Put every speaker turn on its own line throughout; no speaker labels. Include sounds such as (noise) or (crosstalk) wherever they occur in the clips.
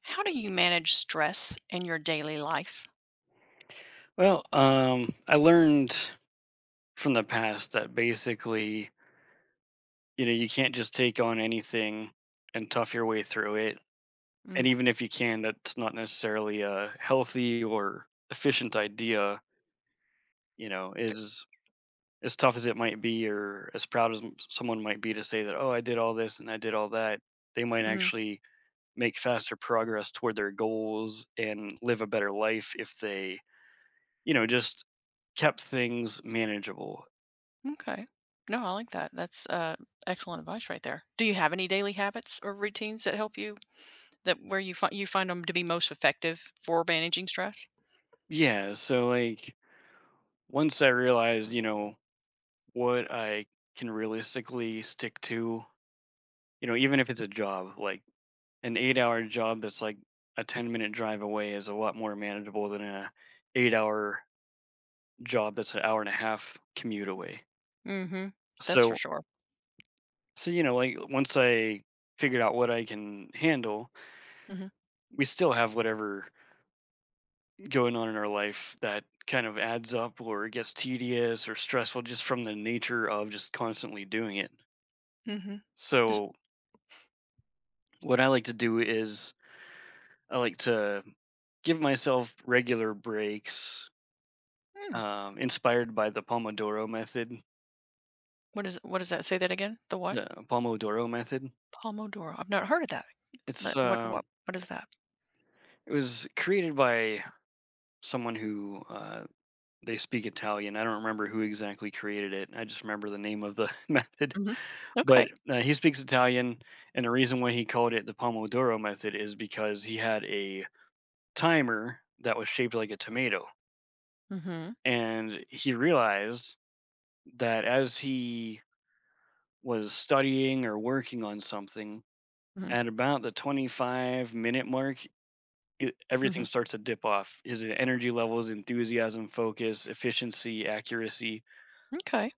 How do you manage stress in your daily life?
Well, I learned from the past that basically, you know, you can't just take on anything and tough your way through it.
Mm,
And even if you can, that's not necessarily a healthy or efficient idea. You know, is as tough as it might be, or as proud as someone might be to say that, oh, I did all this and I did all that. They might
mhm,
actually make faster progress toward their goals and live a better life if they, you know, just kept things manageable.
okay. No, I like that. That's, excellent advice right there. Do you have any daily habits or routines that help you that where you find them to be most effective for managing stress?
Yeah, so like once I realized, you know, what I can realistically stick to, you know, even if it's a job, like an 8 hour job that's like a 10-minute drive away is a lot more manageable than a 8 hour job that's an hour and a half commute away.
Mhm. That's for
So,
sure.
so, you know, like once I figured out what I can handle,
Mhm,
we still have whatever going on in our life that kind of adds up or gets tedious or stressful just from the nature of just constantly doing it.
mhm. Does
So what I like to do is I like to give myself regular breaks,
mm,
inspired by the Pomodoro method.
what does that say that again? The what?
The Pomodoro method.
Pomodoro. I've not heard of that.
It's
That what
uh,
what what is that?
it was created by someone who they speak Italian. I don't remember who exactly created it. I just remember the name of the (laughs) method.
Mhm.
But
Okay.
he speaks Italian, and the reason why he called it the Pomodoro method is because he had a timer that was shaped like a tomato,
Mhm.
and he realized that as he was studying or working on something,
Mhm.
at about the 25-minute mark, it, everything
Mhm.
starts to dip off his energy levels, enthusiasm, focus, efficiency, accuracy.
Okay.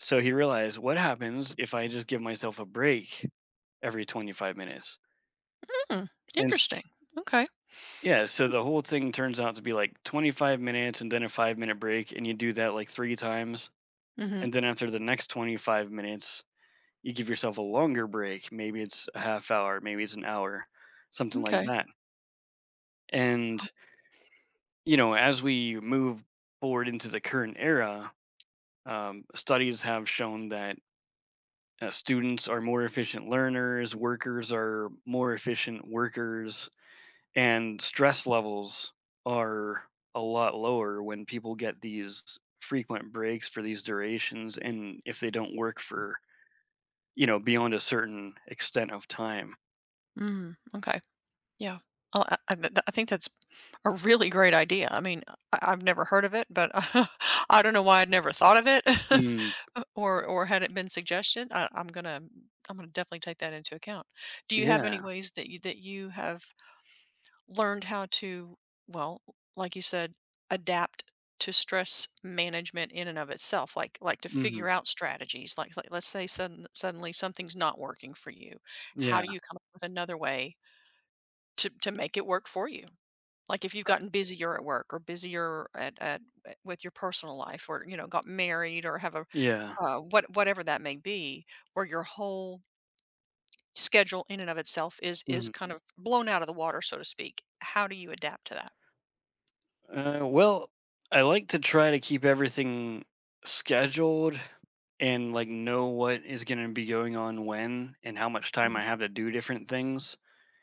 So he realized, what happens if I just give myself a break every 25 minutes?
Mm.
And s-
Interesting. Okay.
yeah, so the whole thing turns out to be like 25 minutes and then a 5 minute break. And you do that like three times.
Mhm.
And then after the next 25 minutes, you give yourself a longer break, maybe it's a half hour, maybe it's an hour, something like
Okay.
that. And, you know, as we move forward into the current era, studies have shown that students are more efficient learners, workers are more efficient workers, and stress levels are a lot lower when people get these frequent breaks for these durations and if they don't work for, you know, beyond a certain extent of time.
Mm. Okay. Yeah. I bet I think that's a really great idea. I mean, I've never heard of it, but (laughs) I don't know why I'd never thought of it,
Mm,
(laughs) or had it been suggested. I'm gonna definitely take that into account. Do you have any
yeah.
ways that you have learned how to, well, like you said, adapt to stress management in and of itself, like to
Mhm.
figure out strategies. Like, let's say suddenly something's not working for you, how
Yeah,
do you come up with another way to make it work for you? Like if you've gotten busier at work or busier at with your personal life, or got married or have a,
yeah.
whatever that may be, where your whole schedule in and of itself is
Mhm.
kind of blown out of the water, so to speak. How do you adapt to that?
Well, I like to try to keep everything scheduled and like know what is going to be going on when and how much time
Mm-hmm.
I have to do different things.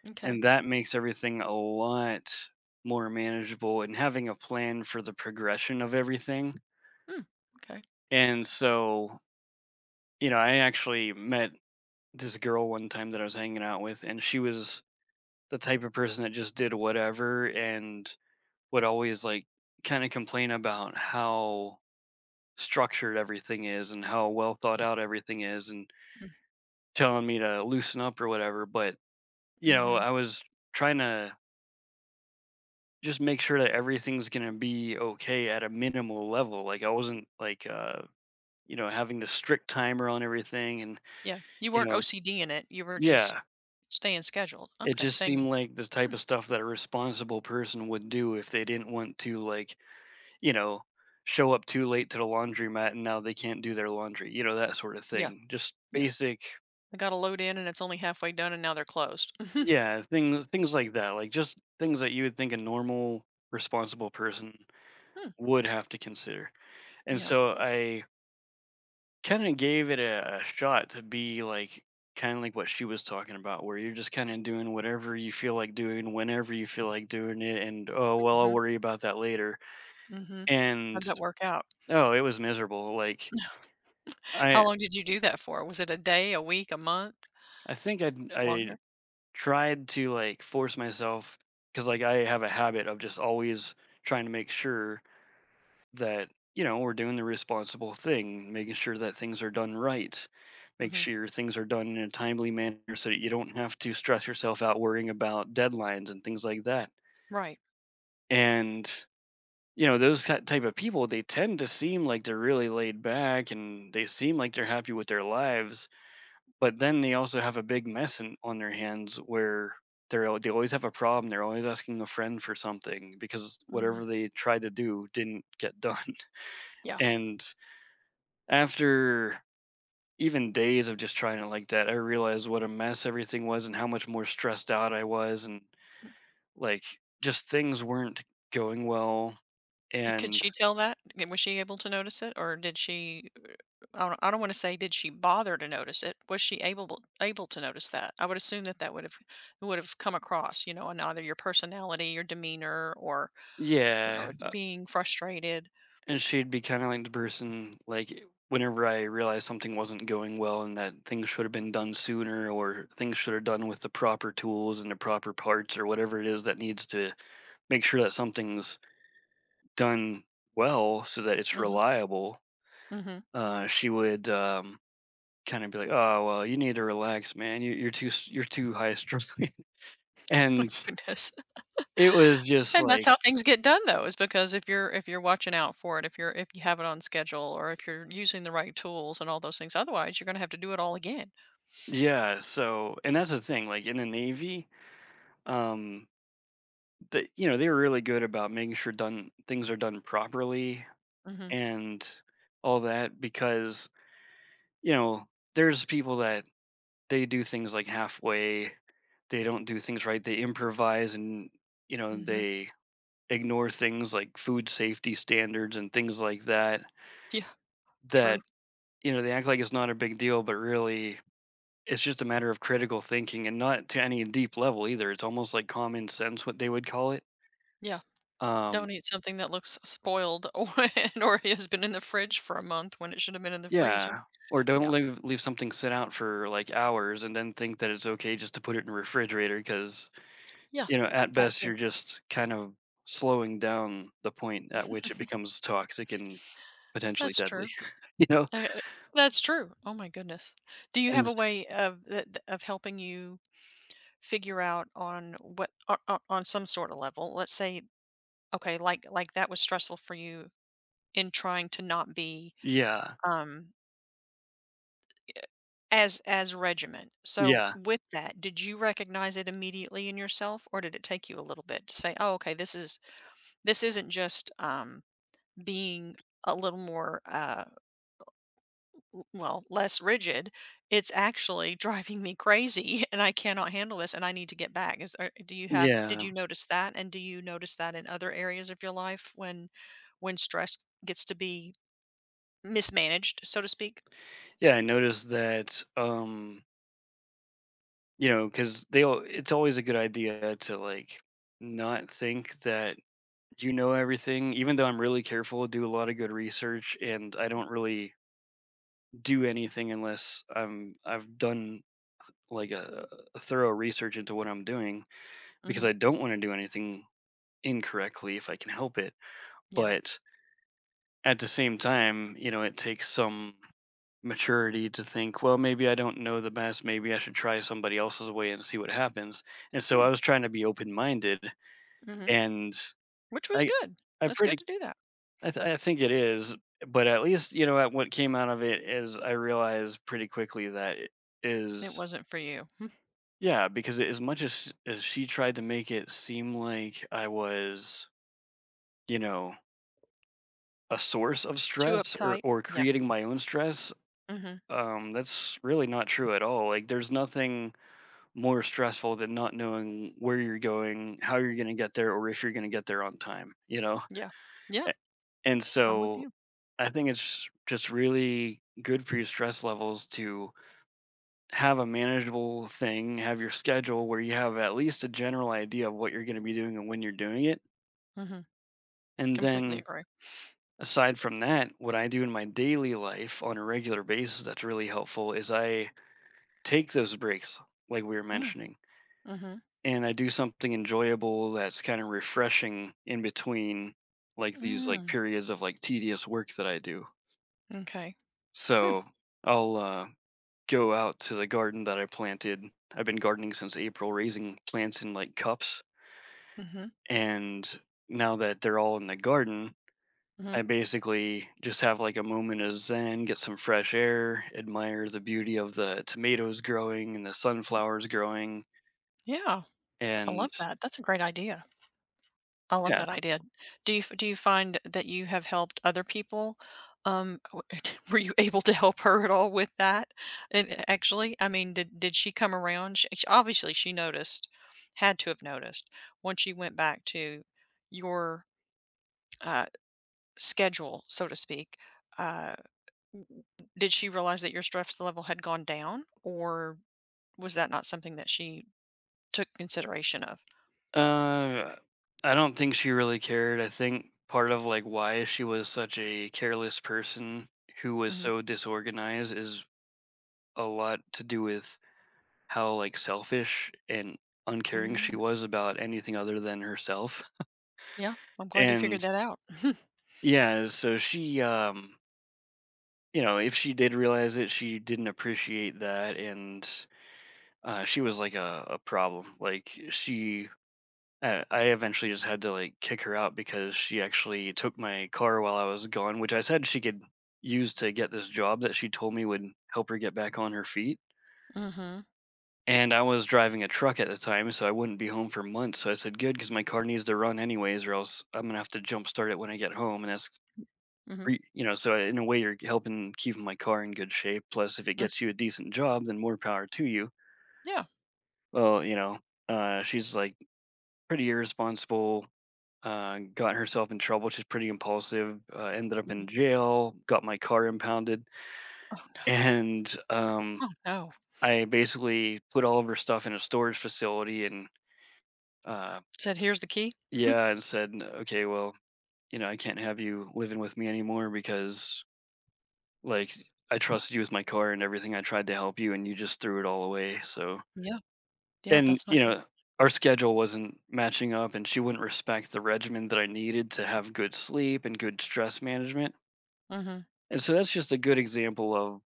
Okay.
And that makes everything a lot more manageable and having a plan for the progression of everything.
Mm, okay.
And so, you know, I actually met this girl one time that I was hanging out with, and she was the type of person that just did whatever and would always like kind of complain about how structured everything is and how well thought out everything is and
Mm,
telling me to loosen up or whatever, but you know
mhm.
I was trying to just make sure that everything's going to be okay at a minimal level, like I wasn't like you know having the strict timer on everything and
Yeah, you
you
weren't
know
OCD in it, you were just
yeah
staying scheduled.
it
Okay,
just
staying.
seemed like the
Hmm,
type of stuff that a responsible person would do if they didn't want to like you know, show up too late to the laundromat and now they can't do their laundry, you know, that sort of
yeah,
thing. Just
yeah.
basic,
They gotta load in and it's only halfway done and now they're closed. (laughs)
yeah, things like that, like, just things that you would think a normal, responsible person
Hmm,
would have to consider. And
yeah.
so I kinda gave it a shot to be, like, kinda like what she was talking about, where you're just kinda doing whatever you feel like doing, whenever you feel like doing it, and, "Oh, well, I'll
Mhm,
worry about that later."
mhm.
And,
How'd that work out?
oh, it was miserable, like,
(laughs)
I
How long did you do that for? Was it a day, a week, a month?
I think I
Longer?
tried to, like, force myself, because like, I have a habit of just always trying to make sure that, you know, we're doing the responsible thing, making sure that things are done right, make
Mhm.
sure things are done in a timely manner so that you don't have to stress yourself out worrying about deadlines and things like that.
Right.
And, you know, those ki type of people, they tend to seem like they're really laid back and they seem like they're happy with their lives. But then they also have a big mess in, on their hands where they always have a problem. They're always asking a friend for something because whatever
Mhm.
they tried to do didn't get done.
Yeah.
(laughs) And after even days of just trying it like that, I realized what a mess everything was and how much more stressed out I was and like just things weren't going well.
D Could
And
she tell that? I Was she able to notice it, or did she, I don't wanna say did she bother to notice it, was she able to notice that? I would assume that that would've come across, in either your personality, your demeanor, or,
yeah,
being frustrated.
and she'd be kinda like the person, like, whenever I realized something wasn't going well and that things should have been done sooner or things should have done with the proper tools and the proper parts or whatever it is that needs to make sure that something's done well so that it's
Mhm,
reliable,
mhm.
she would, kinda be like, "Oh, well, you need to relax, man. You're too s you're too high strung." (laughs)
(laughs) My
And
goodness. (laughs)
it was just
And that's
like
how things get done, though, is because if you're watching out for it, if you have it on schedule, or if you're using the right tools and all those things, otherwise, you're gonna have to do it all again.
yeah, so and that's the thing, like, in the Navy, um, they, you know, they were really good about making sure done things are done properly
Mhm,
and all that because, you know, there's people that they do things like halfway, they don't do things right, they improvise and, you know,
mhm.
they ignore things like food safety standards and things like that
Yeah, true.
that, you know, they act like it's not a big deal, but really it's just a matter of critical thinking and not to any deep level either. It's almost like common sense what they would call it.
Yeah.
Um,
Don't eat something that looks spoiled (laughs) or and/or has been in the fridge for a month when it should have been in the freezer.
yeah, or don't
Yeah.
leave something sit out for, like, hours and then think that it's okay just to put it in the refrigerator, because
Yeah.
you know, at
That
best,
too.
you're just kind of slowing down the point at which it becomes toxic and potentially
That's
deadly,
true.
(laughs) you know?
I, uh that's true. Oh my goodness. Do you
And
have a
s
way of th th of helping you figure out, on what o o on some sort of level? Let's say, okay, like that was stressful for you in trying to not be,
Yeah,
um, as regiment. So
yeah,
with that, did you recognize it immediately in yourself, or did it take you a little bit to say, "Oh, okay, this isn't just, being a little more, l well, less rigid, it's actually (laughs) driving me crazy, (laughs) and I cannot handle this, and I need to get back. Is there do you have Did
yeah.
you notice that, and do you notice that in other areas of your life when stress gets to be mismanaged, so to speak?
Yeah, I noticed that, you because 'cause they'll it's always a good idea to, like, not think that you know everything, even though I'm really careful, do a lot of good research, and I don't really do anything unless I've done like a thorough research into what I'm doing because
Mhm.
I don't want to do anything incorrectly if I can help it.
Yeah.
But at the same time, you know, it takes some maturity to think, well, maybe I don't know the best, maybe I should try somebody else's way and see what happens. And so I
Mm,
was trying to be open-minded
mhm.
and
Which was
I
good.
I
That's good
pretty
to do that.
I think it is, but at least, you know, at what came out of it is I realized pretty quickly that it
It
is.
wasn't for you. Mm.
Yeah, because as much as she tried to make it seem like I was, you know, a source of
Too
stress
uptight.
or
Yeah.
creating my own stress,
Mhm.
that's really not true at all. Like, there's nothing more stressful than not knowing where you're going, how you're going to get there, or if you're going to get there on time. You know,
Yeah. Yeah.
A- and
I'm with
so
you.
I think it's just really good for your stress levels to have a manageable thing, have your schedule where you have at least a general idea of what you're going to be doing and when you're doing it.
Mhm.
And
Completely
then
agree.
aside from that, what I do in my daily life on a regular basis that's really helpful is I take those breaks, like we were
Mm.
mentioning,
Mhm.
and I do something enjoyable that's kind of refreshing in between like these like
Mm,
periods of like tedious work that I do.
okay. Hmm.
So I'll go out to the garden that I planted. I've been gardening since April, raising plants in like cups.
Mhm.
And now that they're all in the garden, I
Mhm.
basically just have like a moment of zen, get some fresh air, admire the beauty of the tomatoes growing and the sunflowers growing.
Yeah, I
And
love that. That's a great idea. I love
yeah,
that idea. Do you find that you have helped other people? Um, w- (laughs) were you able to help her at all with that? And actually, I mean, did she come around? Obviously, she noticed, had to have noticed once you went back to your, uh, schedule, so to speak. Uh, did she realize that your stress level had gone down, or was that not something that she took consideration of.
uh, I don't think she really cared. I think part of like why she was such a careless person who was
Mhm.
so disorganized is a lot to do with how like selfish and uncaring she
Mm,
was about anything other than herself.
yeah, I'm glad you
And
figured that out. (laughs)
yeah, so she you know, if she did realize it, she didn't appreciate that, and she was like a problem. Like she, I eventually just had to like kick her out because she actually took my car while I was gone, which I said she could use to get this job that she told me would help her get back on her feet.
Mhm.
And I was driving a truck at the time, so I wouldn't be home for months. So I said, "Good, because my car needs to run anyways, or else I'm gonna have to jump start it when I get home, and that's
Mhm,
Re you know, so in a way, you're helping keep my car in good shape, plus if it
mhm,
gets
mm,
you a decent job, then more power to you."
yeah.
Well, you know, she's, like, pretty irresponsible, got herself in trouble, she's pretty impulsive, ended up
Mhm.
in jail, got my car impounded,
Oh,
(laughs)
no.
and,
Oh, no.
I basically put all of her stuff in a storage facility and, uh
Said, "Here's the key."
yeah, and said, "Okay, well, you know, I can't have you living with me anymore because, like, I trusted you with my car and everything. I tried to help you, and you just threw it all away. So,
Yeah, yeah,
and
that's not
you
good.
know, our schedule wasn't matching up, and she wouldn't respect the regimen that I needed to have good sleep and good stress management."
Mhm.
And so that's just a good example of,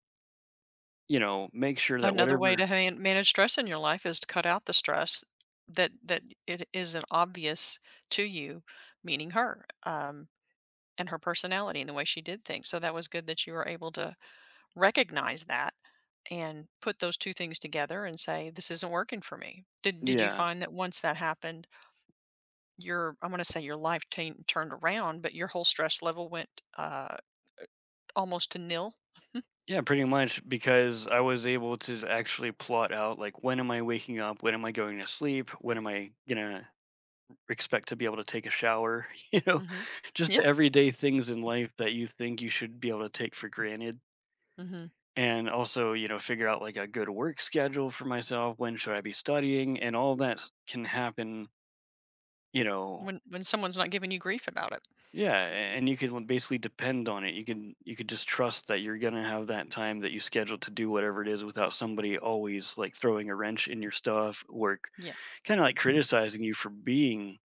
you know, make sure that
Another way
whatever,
to han manage stress in your life is to cut out the stress that it isn't obvious to you, meaning her, and her personality and the way she did things, so that was good that you were able to recognize that. And put those 2 things together and say, "This isn't working for me." Did you
yeah,
find that once that happened, your, I am going to say, your life tan turned around, but your whole stress level went, almost to nil?
yeah, pretty much because I was able to actually plot out like when am I waking up, when am I going to sleep, when am I gonna expect to be able to take a shower, (laughs) you know,
Mhm.
just the
Yeah,
everyday things in life that you think you should be able to take for granted.
mhm.
And also, you know, figure out like a good work schedule for myself. When should I be studying? And all that can happen, you know.
When someone's not giving you grief about it.
Yeah, and you can basically depend on it. You can you could just trust that you're gonna have that time that you scheduled to do whatever it is without somebody always like throwing a wrench in your stuff, or
Yeah,
kind of like criticizing you for being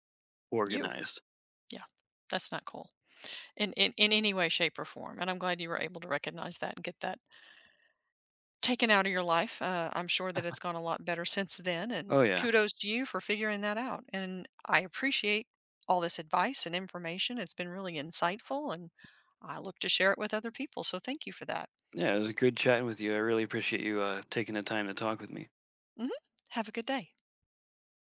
you.
organized.
Yeah. That's not cool in any way, shape, or form, and I'm glad you were able to recognize that and get that taken out of your life. I'm sure that it's gone a lot better since then. And
Oh yeah.
kudos to you for figuring that out. And I appreciate all this advice and information. It's been really insightful, and I look to share it with other people. So thank you for that.
Yeah, it was good chatting with you. I really appreciate you taking the time to talk with me.
Hmm. Have a good day.